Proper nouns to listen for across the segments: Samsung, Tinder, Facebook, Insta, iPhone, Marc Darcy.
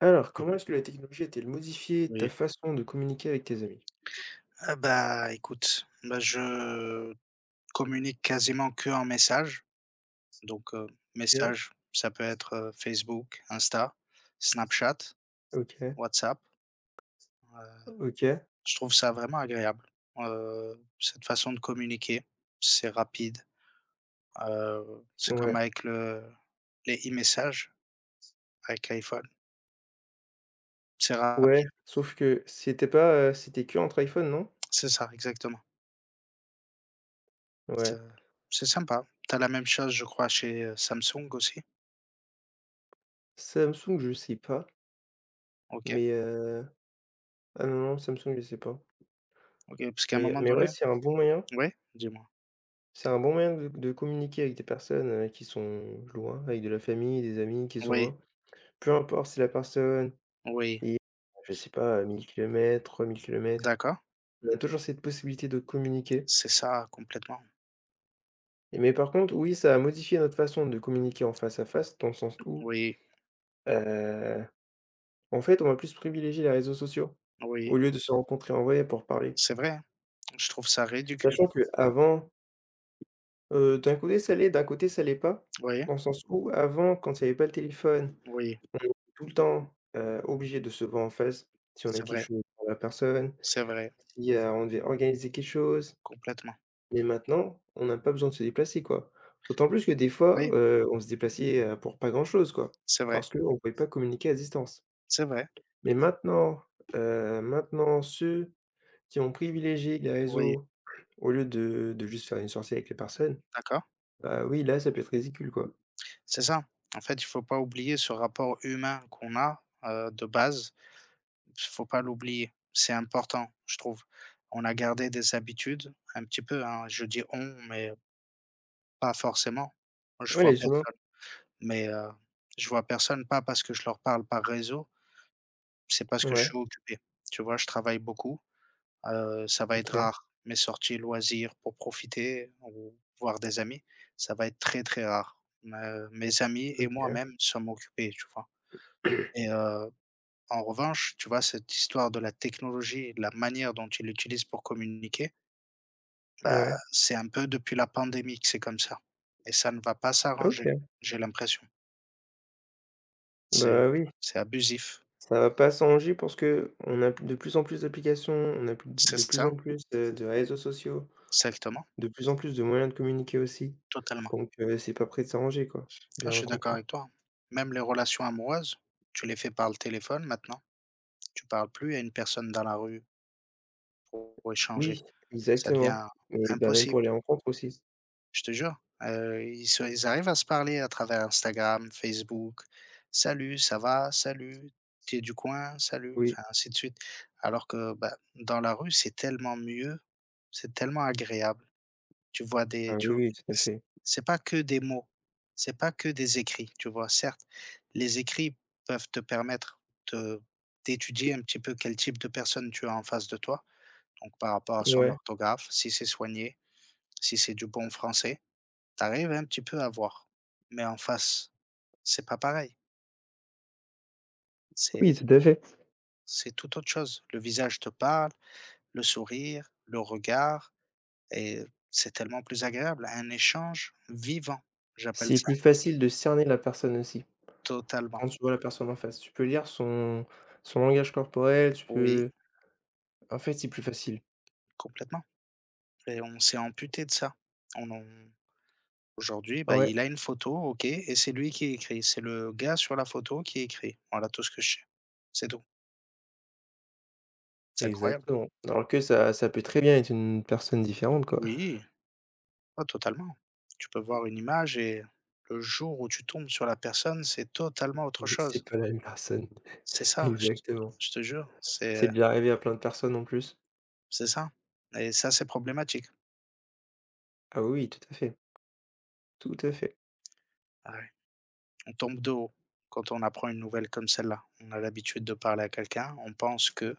Alors, comment est-ce que la technologie a-t-elle modifié ta Oui. façon de communiquer avec tes amis? Ah bah, écoute, bah, je communique quasiment que en message. Donc, OK, message, ça peut être, Facebook, Insta, Snapchat, OK, WhatsApp. Heu, OK, je trouve ça vraiment agréable, cette façon de communiquer. C'est rapide, c'est ouais, comme avec le les e-messages avec iPhone. C'est ouais, rapide. sauf que c'était pas, c'était qu'entre iPhone, non? C'est ça, exactement. Ouais. C'est c'est sympa. Tu as la même chose, je crois, chez, Samsung aussi? Samsung, je sais pas, OK. mais ah non, non, Samsung, je sais pas. OK, parce qu'à un Mais moment mais ouais, donné oui? Dis-moi. c'est un bon moyen de communiquer avec des personnes, qui sont loin, avec de la famille, des amis qui sont Oui, loin. Peu importe si la personne oui, est, je sais pas, à 1000 kilomètres, 3000 kilomètres, d'accord, on a toujours cette possibilité de communiquer. c'est ça complètement. Et mais par contre, oui, ça a modifié notre façon de communiquer en face à face, dans le sens où, Oui, heu, en fait, on va plus privilégier les réseaux sociaux, oui, au lieu de se rencontrer en vrai pour parler. c'est vrai, hein. Je trouve ça ridicule. Sachant qu'avant, d'un côté ça l'est, d'un côté ça l'est pas, Oui, dans le sens où avant, quand il y avait pas le téléphone, oui, tout le temps, obligé de se voir en face, si on avait c'est quelque vrai, chose pour la personne, c'est vrai, si, on devait organiser quelque chose. complètement. Mais maintenant, on n'a pas besoin de se déplacer, quoi. D'autant plus que des fois, Oui, on se déplaçait, pour pas grand-chose, quoi, c'est vrai, parce qu'on pouvait pas communiquer à distance. c'est vrai, Mais maintenant ceux qui ont privilégié les oui, réseaux au lieu de juste faire une sortie avec les personnes, d'accord, bah, oui, là, ça peut être ridicule, quoi. c'est ça. En fait, il faut pas oublier ce rapport humain qu'on a, de base. Il faut pas l'oublier. C'est important, je trouve. On a gardé des habitudes un petit peu, hein, je dis «on», mais pas forcément. Je Ouais, vois les humains. personne, mais je vois personne, pas parce que je leur parle par réseau. C'est parce que je Ouais, suis occupé. Tu vois, je travaille beaucoup, ça va être OK, rare. Mes sorties loisirs pour profiter ou voir des amis, ça va être très, très rare. Me mes amis et OK. moi-même sommes occupés, tu vois? Et en revanche, tu vois, cette histoire de la technologie et de la manière dont ils l'utilisent pour communiquer, bah, Ouais, c'est un peu depuis la pandémie que c'est comme ça et ça ne va pas s'arranger, OK. j'ai l'impression. C'est Bah, oui, c'est abusif. ça va pas sans jus parce que on a de plus en plus d'applications, on a plus C'est de plus ça, en plus, de réseaux sociaux, exactement, de plus en plus de moyens de communiquer aussi. totalement. Donc c'est pas prêt de s'arranger, quoi. Ah, Bien je au suis d'accord avec toi. Même les relations amoureuses, tu les fais par le téléphone maintenant. Tu parles plus à une personne dans la rue pour échanger. Oui, Ça exactement. devient Mais bah, même pour impossible, les rencontres aussi. je te jure. Ils arrivent à se parler à travers Instagram, Facebook. Salut, ça va? Salut, t'es du coin? Salut, Oui. enfin, ainsi de suite. Alors que bah, dans la rue, c'est tellement mieux, c'est tellement agréable. Tu vois Ah des tu oui, oui, tout à c'est fait. c'est pas que des mots, c'est pas que des écrits, tu vois? Certes, les écrits peuvent te permettre de d'étudier un petit peu quel type de personne tu as en face de toi, donc par rapport à son Ouais. orthographe, si c'est soigné, si c'est du bon français, tu arrives un petit peu à voir. Mais en face, c'est pas pareil, c'est Oui, tout à fait. c'est tout autre chose. Le visage te parle, le sourire, le regard et c'est tellement plus agréable, un échange vivant, j'appelle C'est ça, plus facile de cerner la personne aussi, totalement. quand tu vois la personne en face. Tu peux lire son langage corporel, tu Oui, peux en fait, c'est plus facile. complètement et on s'est amputé de ça. On en aujourd'hui, bah, Ouais. il a une photo, OK et c'est lui qui écrit. C'est le gars sur la photo qui écrit. Voilà tout ce que je sais. C'est tout. C'est incroyable. Exactement. Alors que ça peut très bien être une personne différente, quoi. Oui, ah totalement. Tu peux voir une image et le jour où tu tombes sur la personne, c'est totalement autre Mhm. C'est chose. pas la même personne. C'est ça, je te Exactement. je te jure, C'est c'est déjà arrivé à plein de personnes en plus. c'est ça et ça, c'est problématique. Ah oui, tout à fait, tout à fait. Ah ouais. On tombe de haut quand on apprend une nouvelle comme celle-là. On a l'habitude de parler à quelqu'un, on pense que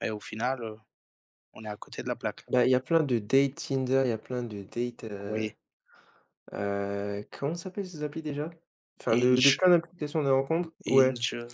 et au final, on est à côté de la plaque. Bah, il y a plein de dates Tinder, il y a plein de dates, Oui, comment s'appellent ces applis déjà? Enfin de Inch, plein d'applications de rencontres, ouais Inch,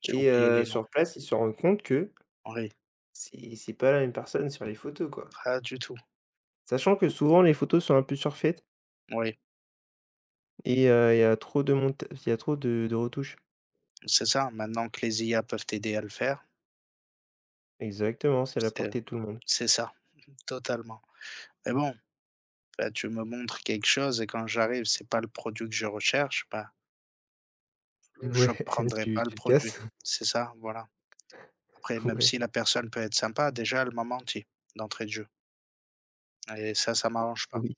j'ai et oublié les noms. sur place, ils se rendent compte que Oui, c'est pas la même personne sur les photos, quoi. pas du tout. Sachant que souvent les photos sont un peu surfaites Oui, et il y a trop de retouches. c'est ça, maintenant que les IA peuvent t'aider à le faire, Exactement, c'est à la c'est portée de tout le monde. c'est ça, totalement. Mais bon, bah, tu me montres quelque chose et quand j'arrive, c'est pas le produit que je recherche, bah, je Ouais, prendrai tu pas le tu le produit. casses? C'est ça, voilà. Après, même Ouais, si la personne peut être sympa, déjà, elle m'a menti, d'entrée de jeu et ça m'arrange pas. oui.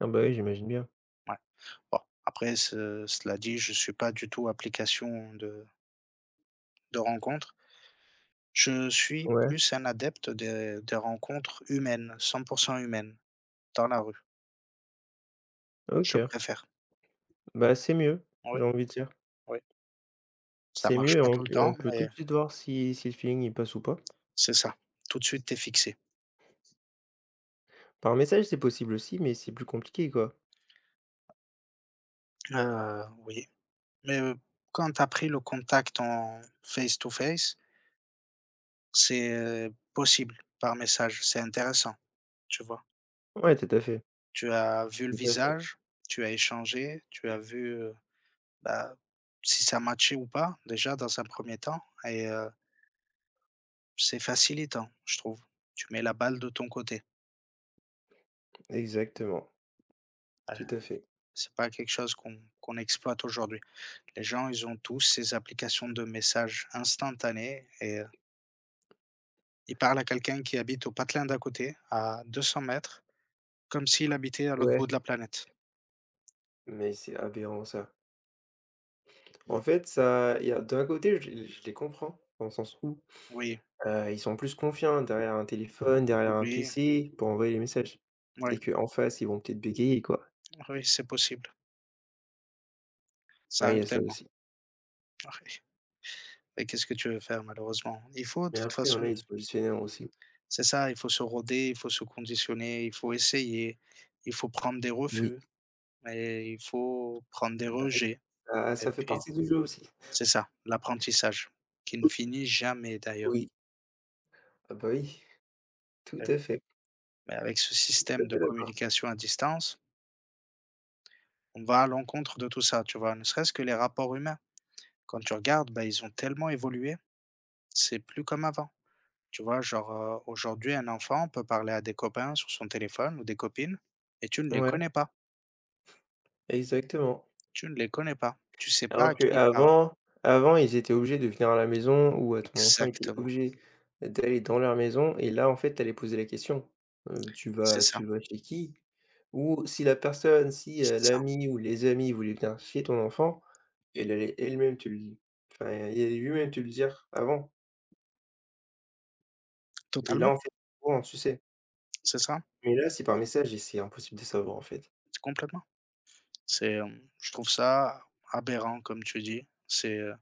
Ah bah, oui, j'imagine bien. Ouais. Bon, après ce cela dit, je suis pas du tout application de rencontres. Je suis Ouais, plus un adepte des rencontres humaines, 100% humaines, dans la rue. Je OK. préfère. Bah, c'est mieux, j'ai Oui, envie de dire. oui. Ça C'est mieux marche et pas on tout le et on temps, peut tout mais de suite voir si le feeling il passe ou pas. c'est ça. Tout de suite, t'es fixé. Par message, c'est possible aussi, mais c'est plus compliqué, quoi. Oui, mais, quand tu as pris le contact en face to face, c'est, possible par message. C'est intéressant, tu vois? Ouais, tout à fait, Tu as vu le tout à fait. visage, tu as échangé, tu as vu, bah, si ça matchait ou pas, déjà dans un premier temps et c'est facilitant, je trouve. Tu mets la balle de ton côté. Exactement, Heu, tout à fait. c'est pas quelque chose qu'on exploite aujourd'hui. Les gens, ils ont tous ces applications de messages instantanés et ils parlent à quelqu'un qui habite au patelin d'à côté, à 200 mètres, comme s'il habitait à l'autre Ouais, bout de la planète. mais c'est aberrant ça. En fait, ça il y a d'un côté, je les comprends, dans le sens où Oui, ils sont plus confiants derrière un téléphone, derrière un oui, PC pour envoyer les messages oui, et qu'en face, ils vont peut-être bégayer, quoi. oui, c'est possible. Ça Ouais, il y arrive a ça tellement. aussi. Oui et qu'est-ce que tu veux faire malheureusement? Il faut de Mais toute après, il y en façon a, ils sont gestionnaires aussi. c'est ça, il faut se roder, il faut se conditionner, il faut essayer, il faut prendre des Oui. refus. Et il faut prendre des Ah bah oui, rejets ça et ça fait puis partie du jeu aussi. c'est ça, l'apprentissage qui ne finit jamais d'ailleurs, Oui. Ah bah oui, tout heu, à fait, mais avec ce tout à système de fait d'accord. communication à distance, on va à l'encontre de tout ça, tu vois? Ne serait-ce que les rapports humains. Quand tu regardes, bah, ils ont tellement évolué, c'est plus comme avant. Tu vois? Genre, aujourd'hui, un enfant peut parler à des copains sur son téléphone ou des copines et tu ne les Ouais, connais pas, exactement. tu ne les connais pas. Tu sais pas Alors à qui il parle. qu'avant, ils étaient obligés de venir à la maison ou ton enfant était Exactement, obligé d'aller dans leur maison et là, en fait, tu allais poser la question, «Tu c'est vas ça, tu vas chez qui?» ou si la personne si, c'est ça. l'ami ou les amis voulaient venir chez ton enfant, elle allait elle-même te le dire. Enfin, il allait lui-même te le dire avant et là, Totalement, en fait, courant, tu sais? c'est ça, Mais là, c'est par message et c'est impossible de savoir, en fait. c'est complètement. C'est, je trouve ça aberrant comme tu dis. C'est,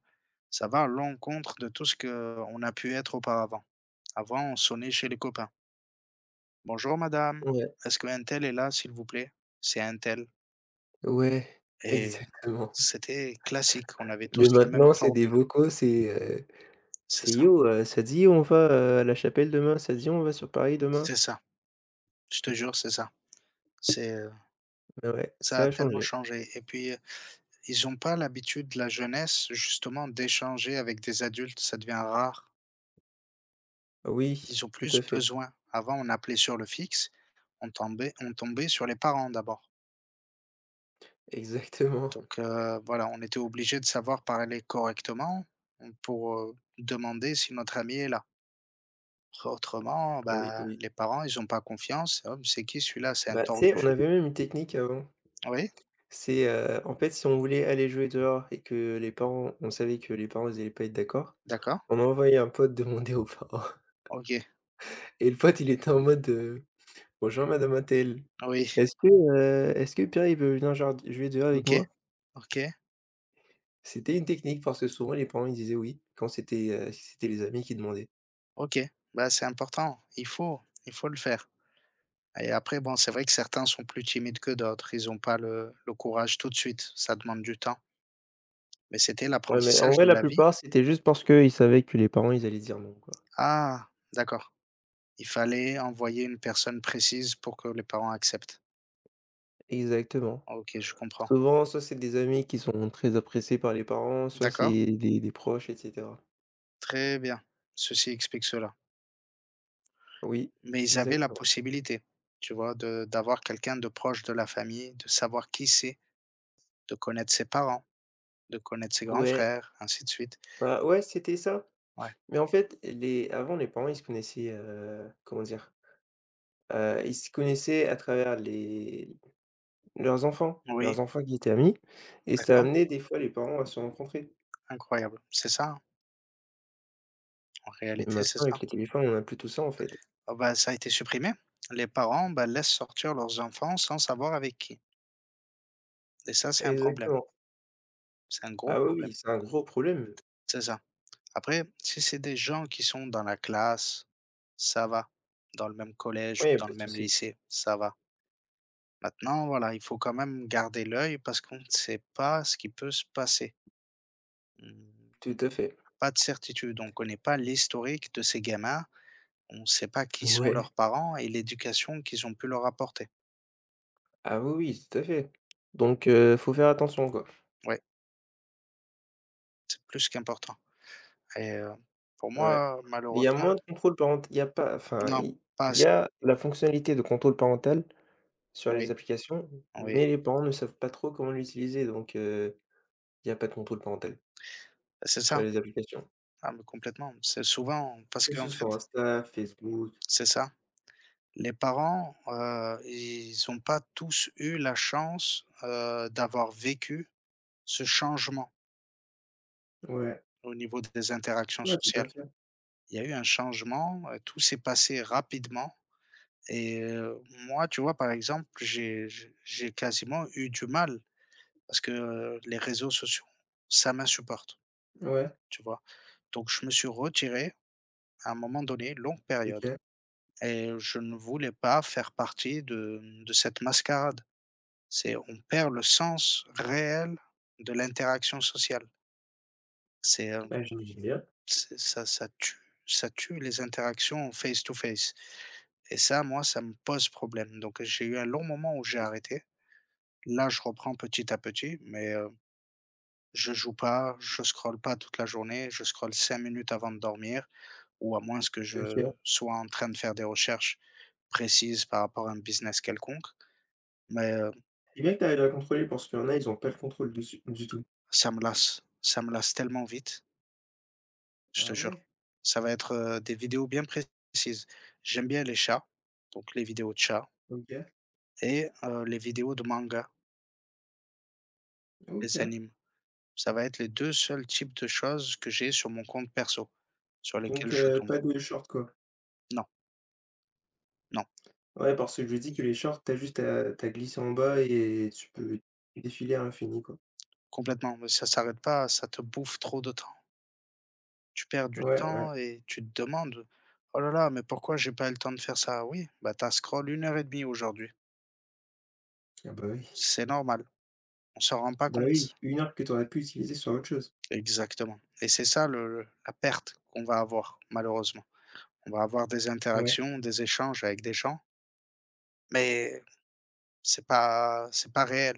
ça va à l'encontre de tout ce qu'on a pu être auparavant. Avant, on sonnait chez les copains: «Bonjour madame, Ouais, est-ce que qu'untel est là s'il vous plaît?» «C'est untel» ouais, et exactement. c'était classique, on avait Mais tous la même maintenant, c'est des formule. vocaux. Heu C'est C'est: ça, «Yo, ça dit on va, à la Chapelle demain? Ça dit on va sur Paris demain?» c'est ça, je te jure, c'est ça. C'est, Mais ouais, ça ça a a tellement changé. changé et puis, ils ont pas l'habitude, la jeunesse, justement d'échanger avec des adultes, ça devient rare. Oui, Ils ont tout plus à fait, besoin. Avant, on appelait sur le fixe, on tombait sur les parents d'abord. exactement. Donc, voilà, on était obligé de savoir parler correctement, mmh, pour, demander si notre ami est là. Autrement, Oui, bah, oui. les parents, ils ont pas confiance: «Oh, c'est qui celui-là? C'est un Bah, tu sais, on tordu». avait même une technique avant. Oui, En fait, si on voulait aller jouer dehors et que les parents on savait que les parents, ils allaient pas être d'accord, d'accord, on envoyait un pote demander aux parents. OK, Et le pote, il était en mode: «Bonjour madame untel, oui, est-ce que Pierre, il veut venir jard jouer dehors avec OK, moi?» OK, C'était une technique parce que souvent les parents, ils disaient oui, quand si c'était les amis qui demandaient. OK. Bah, c'est important, il faut le faire et après bon, c'est vrai que certains sont plus timides que d'autres, ils ont pas le courage tout de suite, ça demande du temps. Mais c'était Ouais, mais en l'apprentissage vrai, de la la vie? plupart, c'était juste parce qu'ils savaient que les parents, ils allaient dire non, quoi. Ah, d'accord. Il fallait envoyer une personne précise pour que les parents acceptent. Exactement. OK, je comprends. Souvent, soit c'est des amis qui sont très appréciés par les parents, soit D'accord, c'est des proches, et cetera. très bien. Ceci explique cela. Oui, Mais ils avaient la exactement. possibilité, tu vois, de d'avoir quelqu'un de proche de la famille, de savoir qui c'est, de connaître ses parents, de connaître ses grands Ouais, frères, ainsi de suite. bah, ouais, c'était ça. Ouais. Mais en fait, les avant, les parents, ils se connaissaient, comment dire? Ils se connaissaient à travers les Oui, leurs enfants qui étaient amis et ça d'accord, amenait des fois les parents à se rencontrer. incroyable. C'est ça, hein, en Mais réalité, c'est maintenant, ça. avec les téléphones, on a plus tout ça, en fait. Ah bah, ça a été supprimé. Les parents, bah, laissent sortir leurs enfants sans savoir avec qui et ça, c'est un problème. Exactement. C'est un gros Ah oui, oui, problème. c'est un gros problème. C'est ça. Après, si c'est des gens qui sont dans la classe, ça va. Dans le même collège Oui, il y ou a dans pas le de même souci. lycée, ça va. Maintenant, voilà, il faut quand même garder l'œil parce qu'on ne sait pas ce qui peut se passer. Mmh, Tout à fait. pas de certitude. On ne connaît pas l'historique de ces gamins. On ne sait pas qui sont Ouais. leurs parents et l'éducation qu'ils ont pu leur apporter. Ah oui, oui, tout à fait. Donc faut faire attention, quoi. Oui, c'est plus qu'important et pour Ouais. moi, Il y a malheureusement moins de contrôle parental. Il y a pas, enfin, non, il pas il y assez. a la fonctionnalité de contrôle parental sur Oui, les applications, oui, mais les parents ne savent pas trop comment l'utiliser, donc il y a pas de contrôle parental c'est sur ça. les applications. Ah mais complètement. C'est souvent parce Que ce qu'en soit fait Insta, Facebook. c'est ça. Les parents, ils n'ont pas tous eu la chance, d'avoir vécu ce changement Ouais. au niveau des interactions Ouais, tout sociales. à fait. Il y a eu un changement, tout s'est passé rapidement et moi, tu vois, par exemple, j'ai quasiment eu du mal parce que, les réseaux sociaux, ça m'insupporte, Ouais. tu vois? Donc je me suis retiré à un moment donné, longue période. OK. Et je ne voulais pas faire partie de cette mascarade. C'est on perd le sens réel de l'interaction sociale. C'est, heu, Bah, j'imagine bien. c'est ça. Ça tue les interactions face to face et ça, moi, ça me pose problème. Donc j'ai eu un long moment où j'ai arrêté. Là, je reprends petit à petit, mais, je joue pas, je scrolle pas toute la journée, je scrolle 5 minutes avant de dormir ou à moins que OK. je sois en train de faire des recherches précises par rapport à un business quelconque. Mais, euh, C'est bien que tu arrives à la contrôler parce qu'il y en a, ils ont pas le contrôle dessus du tout. Ça me lasse, ça me lasse tellement vite, je te Ah jure. ouais? Ça va être, des vidéos bien précises. J'aime bien les chats, donc les vidéos de chats OK. et les vidéos de manga, OK. les animes. Ça va être les 2 seuls types de choses que j'ai sur mon compte perso, sur lesquelles Donc je tombe. pas de short, quoi? Non, non, Ouais, parce que je lui ai dit que les shorts, tu as glissé en bas et tu peux défiler à l'infini, quoi. complètement, mais ça s'arrête pas, ça te bouffe trop de temps. Tu perds du Ouais, ouais. temps et tu te demandes: «Oh là là, mais pourquoi j'ai pas eu le temps de faire ça?» oui, bah, t'as as une heure et demie aujourd'hui. Ah bah oui. C'est normal, on s'en rend pas Bah compte. oui, 1 heure que tu aurais pu utiliser sur autre chose. Exactement et c'est ça le la perte qu'on va avoir malheureusement. On va avoir des Ouais, interactions, des échanges avec des gens, mais c'est pas réel.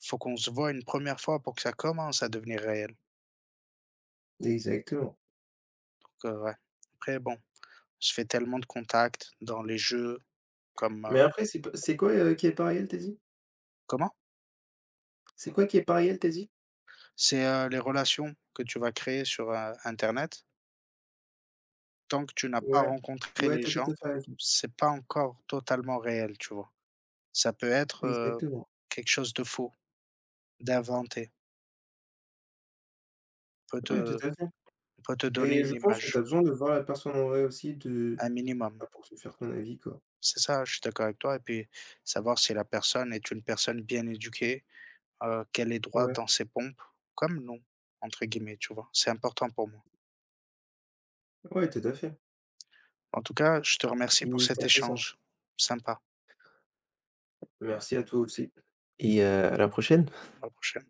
Faut qu'on se voit une première fois pour que ça commence à devenir réel, exactement. donc ouais. Après bon, je fais tellement de contacts dans les jeux comme, Mais après, c'est quoi, qui est pas réel, tu as dit? comment? C'est quoi qui est pas réel, tu as dit? C'est, les relations que tu vas créer sur, internet. Tant que tu n'as pas Ouais. rencontré Ouais, les tu as tout gens, à fait raison. c'est pas encore totalement réel, tu vois? Ça peut être, Exactement. quelque chose de faux, d'inventé. peut Ouais, tout te à fait. peut te donner Et une je pense que tu image, as besoin de voir la personne en vrai aussi de un bah, minimum. pour se faire ton avis, quoi. C'est ça, je suis d'accord avec toi et puis savoir si la personne est une personne bien éduquée, qu'elle est droite Ouais, dans ses pompes, comme «nous» entre guillemets, tu vois? C'est important pour moi. ouais, tout à fait. En tout cas, je te remercie pour Et cet ça fait sens. échange sympa. Merci à toi aussi. Et à la prochaine. À la prochaine.